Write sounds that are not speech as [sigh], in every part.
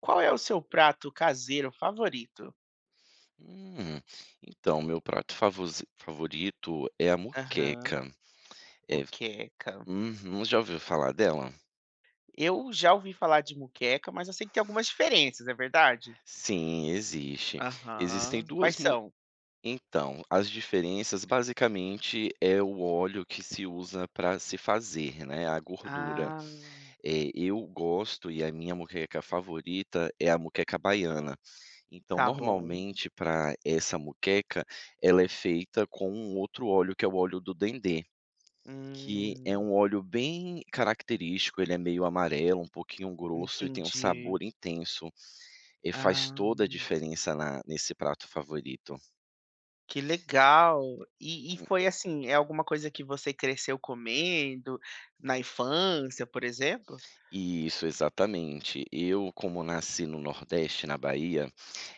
Qual é o seu prato caseiro favorito? Hum, então, meu prato favosi favorito é a Aham, moqueca. É, moqueca. uhum, já ouviu falar dela? Eu já ouvi falar de moqueca, mas eu sei que tem algumas diferenças, é verdade? Sim, existe. Existem Aham. Quais 2 mo são? então, as diferenças basicamente é o óleo que se usa para se fazer, né, a gordura. Ah, Eu gosto e a minha moqueca favorita é a moqueca baiana. Então, tá bom. normalmente para essa moqueca, ela é feita com um outro óleo que é o óleo do dendê. Que é Hum, um óleo bem característico, ele é meio amarelo, um pouquinho grosso e tem um entendi. sabor intenso, e faz Ah, toda a diferença na nesse prato favorito. que legal. E foi assim, é alguma coisa que você cresceu comendo na infância, por exemplo? Isso, exatamente. Eu, como nasci no Nordeste, na Bahia,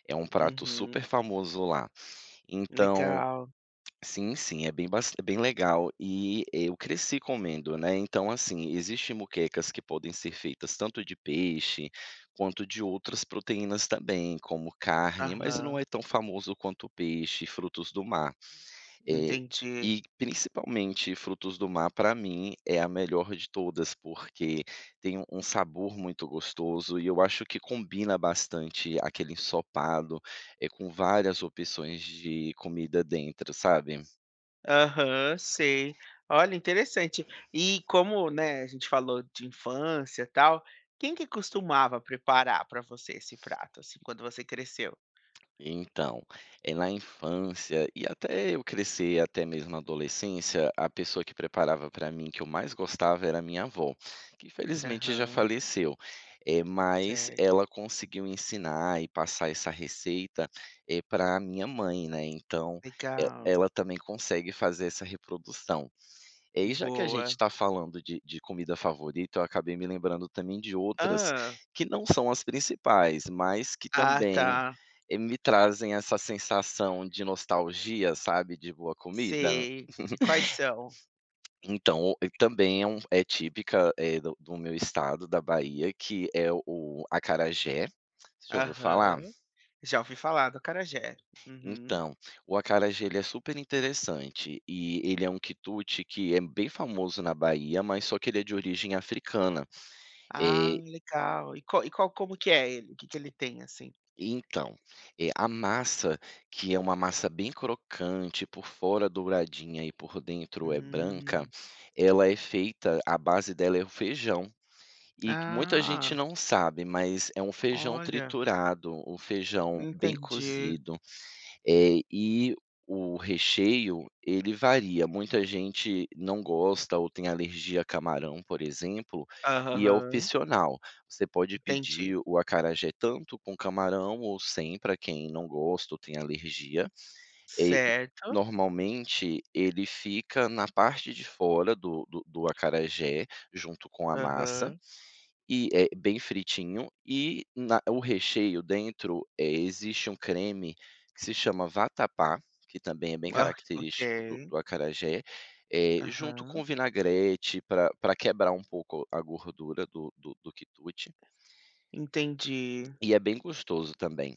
é um prato Uhum, super famoso lá. Então legal. Sim, sim, é bem bas é bem legal e eu cresci comendo, né, então, assim, existem moquecas que podem ser feitas tanto de peixe, quanto de outras proteínas também, como carne, mas não Aham, é tão famoso quanto o peixe e frutos do mar. Eh, entendi. e principalmente frutos do mar para mim é a melhor de todas, porque tem um sabor muito gostoso e eu acho que combina bastante aquele ensopado, com várias opções de comida dentro, sabe? Aham, sei. Olha, interessante. E como, né, a gente falou de infância, e tal, quem que costumava preparar para você esse prato, assim, quando você cresceu? Então, é na infância e até eu crescer, até mesmo na adolescência, a pessoa que preparava para mim, que eu mais gostava, era minha avó, que infelizmente já Aham, faleceu. Mas certo. ela conseguiu ensinar e passar essa receita para minha mãe, né, então, e Legal. ela também consegue fazer essa reprodução. É, e já que a gente Boa. está falando de comida favorita, eu acabei me lembrando também de outras ah que não são as principais, mas que Ah, também, tá. Me trazem essa sensação de nostalgia, sabe, de boa comida. Sei. E quais são? Então, e também é é típica, do meu estado, da Bahia, que é o acarajé. Você já ouviu falar? Aham. Já ouvi falar do acarajé. Uhum. Então, o acarajé ele é super interessante, e ele é um quitute que é bem famoso na Bahia, mas só que ele é de origem africana. Ah, Eh, legal. E qual como que é ele? O que que ele tem, assim? então, a massa, que é uma massa bem crocante, por fora douradinha e por dentro é branca, Hum. ela é feita a base dela é o feijão, e que muita gente Ah, não sabe, mas é um feijão olha, triturado, o feijão bem entendi. cozido. E o recheio, ele varia. Muita gente não gosta ou tem alergia a camarão, por exemplo, e é Aham, opcional. Você pode entendi. pedir o acarajé tanto com camarão ou sem, para quem não gosta ou tem alergia. Eh, Certo. Normalmente, ele fica na parte de fora do acarajé, junto com a massa. Aham. E é bem fritinho e na o recheio dentro, existe um creme que se chama vatapá, que também é bem Ah, ok. característico do acarajé, junto Aham, com vinagrete para pra quebrar um pouco a gordura do quitute, entendi. e é bem gostoso também.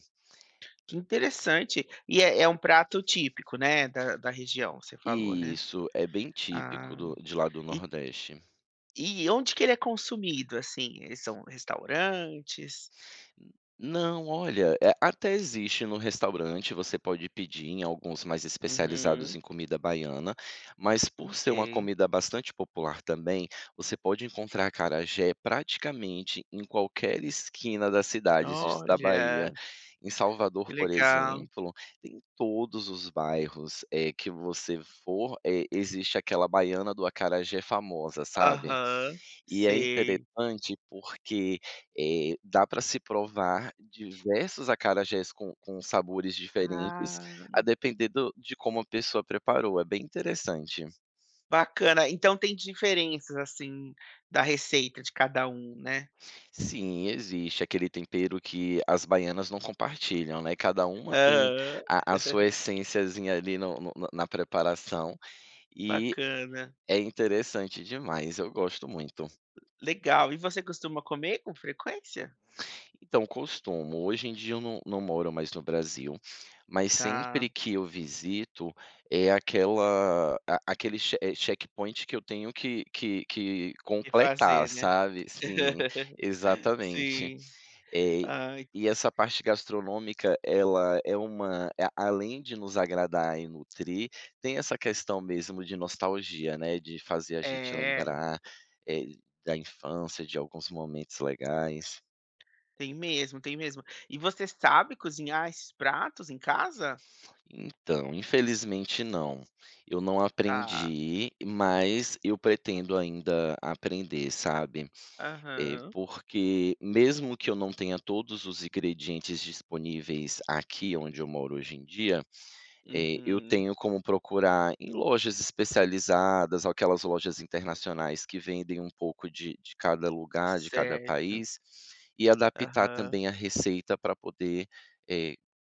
Que interessante. E é é um prato típico, né, da região, você falou, né? Isso, é bem típico Ah, do de lá do e Nordeste. e onde que ele é consumido, assim? Eh, são restaurantes? Não, olha, até existe no restaurante, você pode pedir em alguns mais especializados Uhum, em comida baiana, mas por ser uma ok. comida bastante popular também, você pode encontrar acarajé praticamente em qualquer esquina das cidades de da Bahia. Olha, Em que Salvador, por legal. exemplo, tem todos os bairros, que você for, existe aquela baiana do acarajé famosa, sabe? Aham, E é sei. interessante porque, dá para se provar diversos acarajés com sabores diferentes, Ah, a depender do de como a pessoa preparou, é bem interessante. bacana. Então tem diferenças, assim, da receita de cada um, né? Sim, existe aquele tempero que as baianas não compartilham, né, cada uma tem Aham. a sua [laughs] essênciazinha ali no na preparação, e Bacana. é interessante demais, eu gosto muito. Legal. E você costuma comer com frequência? Então, costumo. Hoje em dia eu não moro mais no Brasil, mas Tá. sempre que eu visito, é aquela a aquele checkpoint que eu tenho que E completar, fazer, né. sabe. Sim, [laughs] exatamente. Sim. Eh, Ai, e essa parte gastronômica, ela é uma a além de nos agradar e nutrir, tem essa questão mesmo de nostalgia, né, de fazer a gente é, lembrar, eh, da infância, de alguns momentos legais. tem mesmo, tem mesmo. E você sabe cozinhar esses pratos em casa? Então, infelizmente não. Eu não Tá. aprendi, mas eu pretendo ainda aprender, sabe. Eh, Aham. porque mesmo que eu não tenha todos os ingredientes disponíveis aqui onde eu moro hoje em dia, eu Uhum. tenho como procurar em lojas especializadas, aquelas lojas internacionais que vendem um pouco de cada lugar, de cada Certo. país, e adaptar Aham. também a receita para poder, eh,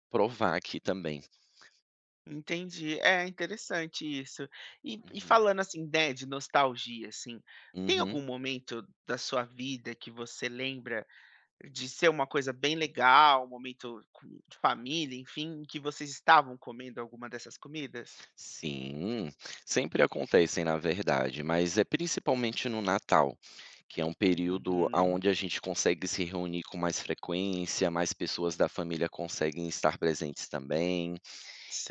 provar aqui também. Entendi. É, interessante isso. E Uhum. falando, assim, né, de nostalgia, assim, tem Uhum. algum momento da sua vida que você lembra de ser uma coisa bem legal, um momento com de família, enfim, em que vocês estavam comendo alguma dessas comidas? Sim, sempre acontecem, na verdade, mas é principalmente no Natal, que é um período Uhum, aonde a gente consegue se reunir com mais frequência, mais pessoas da família conseguem estar presentes também.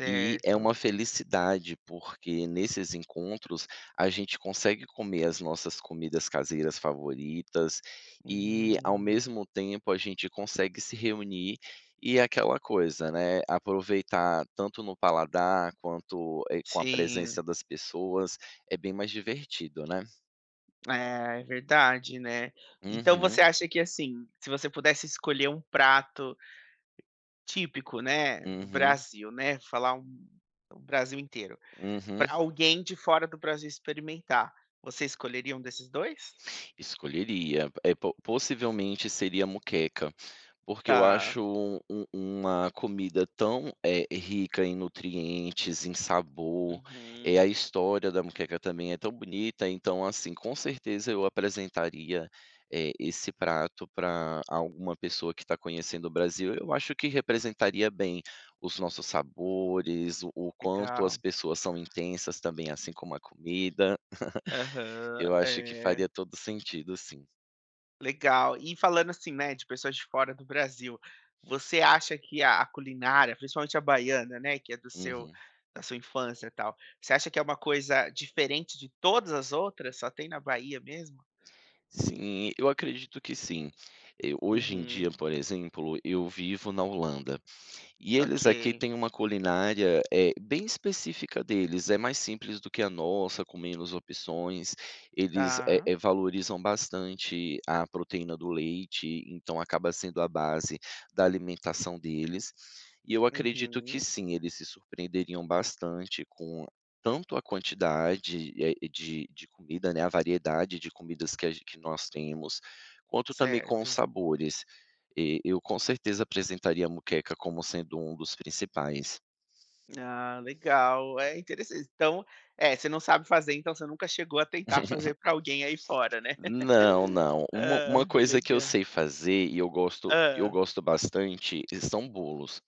E é uma felicidade, porque nesses encontros a gente consegue comer as nossas comidas caseiras favoritas e, ao Hum, mesmo tempo, a gente consegue se reunir e aquela coisa, né, aproveitar tanto no paladar quanto, com a sim, presença das pessoas, é bem mais divertido, né. é, é verdade, né. Então você Uhum, acha que, assim, se você pudesse escolher um prato típico, né, do uhum, Brasil, né, falar um o Brasil inteiro, uhum. para alguém de fora do Brasil experimentar, você escolheria um desses dois? Escolheria, eh, po possivelmente seria moqueca, porque eu Tá. acho uma comida tão, rica em nutrientes, em sabor, Uhum, a história da moqueca também é tão bonita, então, assim, com certeza eu apresentaria, esse prato para alguma pessoa que está conhecendo o Brasil. Eu acho que representaria bem os nossos sabores, o quanto as legal. pessoas são intensas também, assim como a comida. Aham, Eu acho que é. faria todo sentido, sim. Legal. E falando assim, né, de pessoas de fora do Brasil, você acha que a culinária, principalmente a baiana, né, que é do seu Uhum. da sua infância e tal, você acha que é uma coisa diferente de todas as outras? Só tem na Bahia mesmo? Sim, eu acredito que sim. Hoje em Uhum, dia, por exemplo, eu vivo na Holanda. E ok. eles aqui têm uma culinária, bem específica deles, é mais simples do que a nossa, com menos opções. Eles, Tá. Valorizam bastante a proteína do leite, então acaba sendo a base da alimentação deles. E eu acredito que Uhum, sim, eles se surpreenderiam bastante com tanto a quantidade, de comida, né, a variedade de comidas que a gen que nós temos, quanto também com os certo. sabores. E eu com certeza apresentaria a moqueca como sendo um dos principais. Ah, legal. É interessante. Então, é, você não sabe fazer, então você nunca chegou a tentar fazer para alguém aí fora, né? Não, [laughs] não. Uma Hã, coisa que eu legal. sei fazer e eu Hã, gosto bastante são bolos.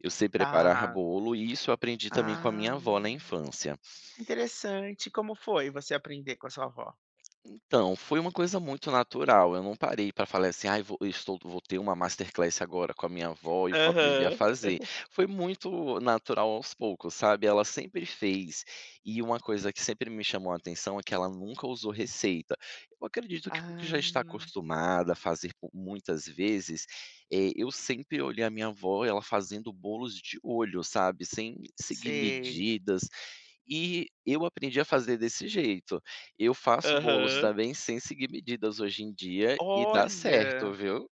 Eu sei preparar tá. bolo e isso eu aprendi também com a minha Ah, avó na infância. interessante. Como foi você aprender com a sua avó? Então, foi uma coisa muito natural, eu não parei para falar assim: "Ai, vou ter uma masterclass agora com a minha avó e vou aprender a Aham. fazer". Foi muito natural aos poucos, sabe, ela sempre fez, e uma coisa que sempre me chamou a atenção é que ela nunca usou receita. Eu acredito que porque Ah, já está acostumada a fazer por muitas vezes, eu sempre olhei a minha avó, ela fazendo bolos de olho, sabe, sem seguir sei. medidas, e eu aprendi a fazer desse jeito. Eu faço bolos Aham. também sem seguir medidas hoje em dia e dá certo, Olha, viu.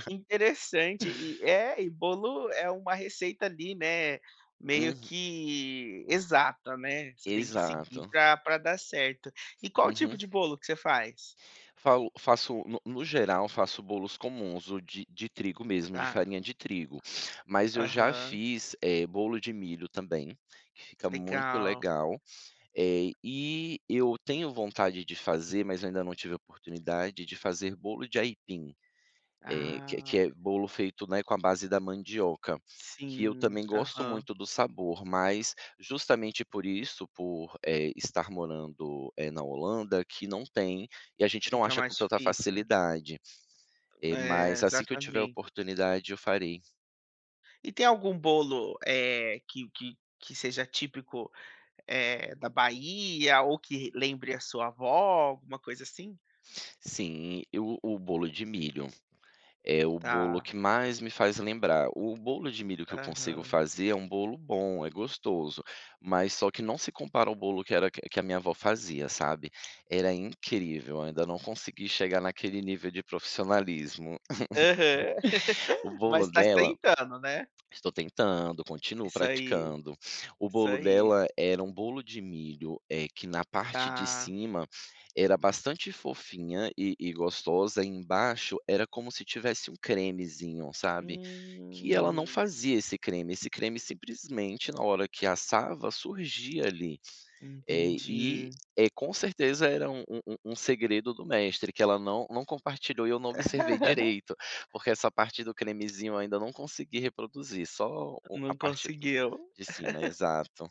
que interessante. E é, e bolo é uma receita ali, né, meio Uhum, que exata, né, você tem que seguir exato. pra dar certo. E qual Uhum. tipo de bolo que você faz? Falo faço no geral, faço bolos comuns, o de trigo mesmo, de Tá, farinha de trigo. Mas eu já aham, fiz, bolo de milho também, que fica muito legal. legal. E eu tenho vontade de fazer, mas eu ainda não tive oportunidade, de fazer bolo de aipim. Que Ah, é bolo feito, né, com a base da mandioca, que eu sim, também gosto aham, muito do sabor, mas justamente por isso, por, estar morando, na Holanda, que não tem, e a gente não fica acha com mais tanta difícil. facilidade. Eh, É, mas assim que eu tiver a exatamente. oportunidade eu farei. E tem algum bolo, eh, que seja típico, eh, da Bahia ou que lembre a sua avó, alguma coisa assim? Sim, e o bolo de milho. É o bolo Tá. que mais me faz lembrar. O bolo de milho que eu consigo Aham. fazer é um bolo bom, é gostoso, mas só que não se compara ao bolo que era que a minha avó fazia, sabe. Era incrível, eu ainda não consegui chegar naquele nível de profissionalismo. Aham. O [laughs] bolo Mas está dela tentando, né. Estou tentando, continuo Isso aí, praticando. O isso bolo aí. dela era um bolo de milho, que na parte de Tá. cima era bastante fofinha e gostosa, e embaixo era como se tivesse um cremezinho, sabe, que ela não Hum, fazia esse creme simplesmente na hora que assava surgia ali. Eh, e, entendi. eh, com certeza era um segredo do mestre que ela não compartilhou e eu não observei [laughs] direito, porque essa parte do cremezinho eu ainda não consegui reproduzir, só o a Não parte do conseguiu. de cima, exato.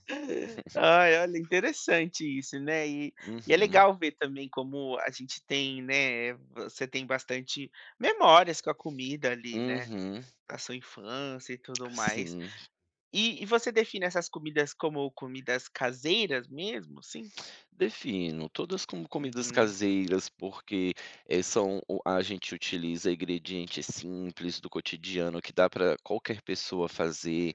Ai, olha, interessante isso, né. E é Uhum, legal ver também como a gente tem, né, você tem bastante memórias com a comida ali, né, uhum, da sua infância e tudo mais. sim. E você define essas comidas como comidas caseiras mesmo, sim. Defino, todas como comidas Uhum. caseiras, porque, eh, são o a gente utiliza ingredientes simples do cotidiano que dá para qualquer pessoa fazer.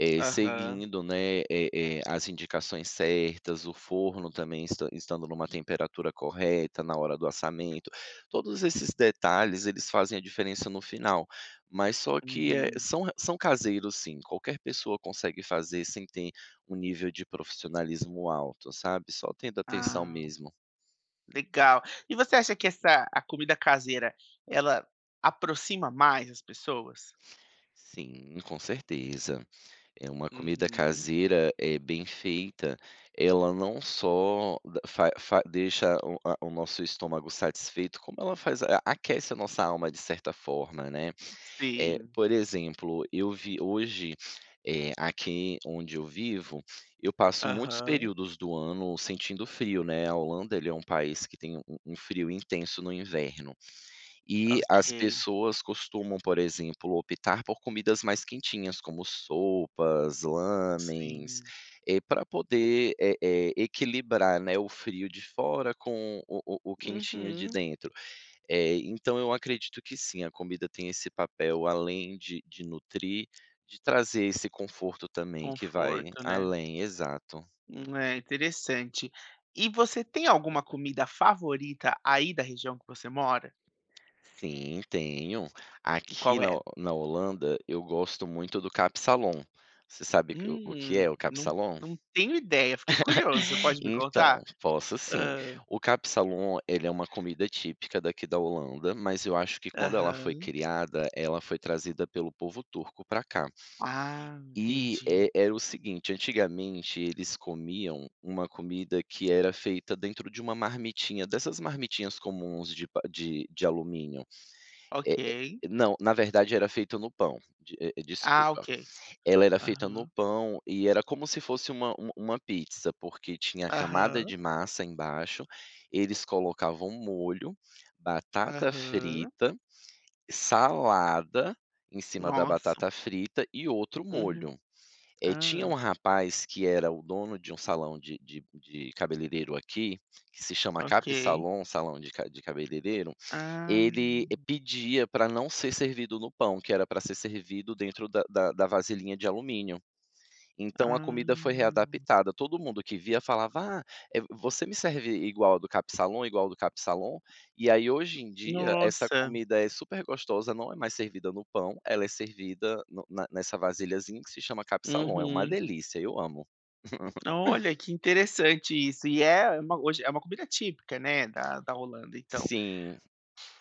Aham. Seguindo, né, as indicações certas, o forno também estando numa temperatura correta na hora do assamento, todos esses detalhes eles fazem a diferença no final, mas só que, Uhum. são são caseiros sim, qualquer pessoa consegue fazer sem ter um nível de profissionalismo alto, sabe, só tendo atenção Ah, mesmo. legal. E você acha que essa a comida caseira, ela aproxima mais as pessoas? Sim, com certeza. É uma comida Uhum. caseira, é bem feita, ela não só da fa fa deixa o nosso estômago satisfeito, como ela faz a aquece a nossa alma de certa forma, né. É, Sim. por exemplo, eu vi hoje, aqui onde eu vivo, eu passo muitos Aham, períodos do ano sentindo frio, né, a Holanda, ele é um país que tem um frio intenso no inverno. E as ok. pessoas costumam, por exemplo, optar por comidas mais quentinhas, como sopas, lamens, Sim. Para poder, equilibrar, né, o frio de fora com o quentinho de Uhum. dentro. Então eu acredito que sim, a comida tem esse papel além de nutrir, de trazer esse conforto também que vai Conforto, né. além, exato. É interessante. E você tem alguma comida favorita aí da região que você mora? Sim, tenho. E Aqui qual é? Na Holanda, eu gosto muito do Capsalon. Você sabe que Hum, é o não Capsalon? não tenho ideia, fiquei curioso, você [laughs] pode me Então, contar? posso sim. Hã. O Capsalon, ele é uma comida típica daqui da Holanda, mas eu acho que quando ela foi Aham. criada, ela foi trazida pelo povo turco para cá. Ah, E, entendi. Era o seguinte, antigamente eles comiam uma comida que era feita dentro de uma marmitinha, dessas marmitinhas comuns de alumínio. É Ok. é não, na verdade era feita no pão, Ah, desculpa. ok. Ela era feita no Aham. pão e era como se fosse uma pizza, porque tinha a camada Aham. de massa embaixo, eles colocavam molho, batata Aham. frita, salada em cima da Nossa. batata frita e outro Uhum. molho. Tinha um Hã. rapaz que era o dono de um salão de cabeleireiro aqui, que se chama Ok. Cap Salon, salão de cabeleireiro, Ah. ele pedia para não ser servido no pão, que era para ser servido dentro da vasilhinha de alumínio. Então a Ah. comida foi readaptada, todo mundo que via falava: "Ah, você me serve igual a do Capsalon, igual a do Capsalon?". E aí hoje em dia essa Nossa. comida é super gostosa, não é mais servida no pão, ela é servida no na nessa vasilhazinha que se chama Capsalon, é uma Uhum. delícia, eu amo. Olha, [laughs] que interessante isso. E é uma hoje é uma comida típica, né, da Holanda, então. Sim,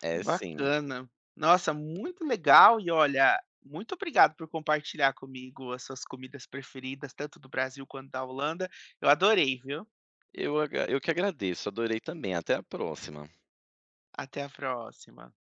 é sim. Bacana. Nossa, muito legal e olha, muito obrigado por compartilhar comigo as suas comidas preferidas, tanto do Brasil quanto da Holanda. Eu adorei, viu. Eu que agradeço, adorei também, até a próxima. Até a próxima.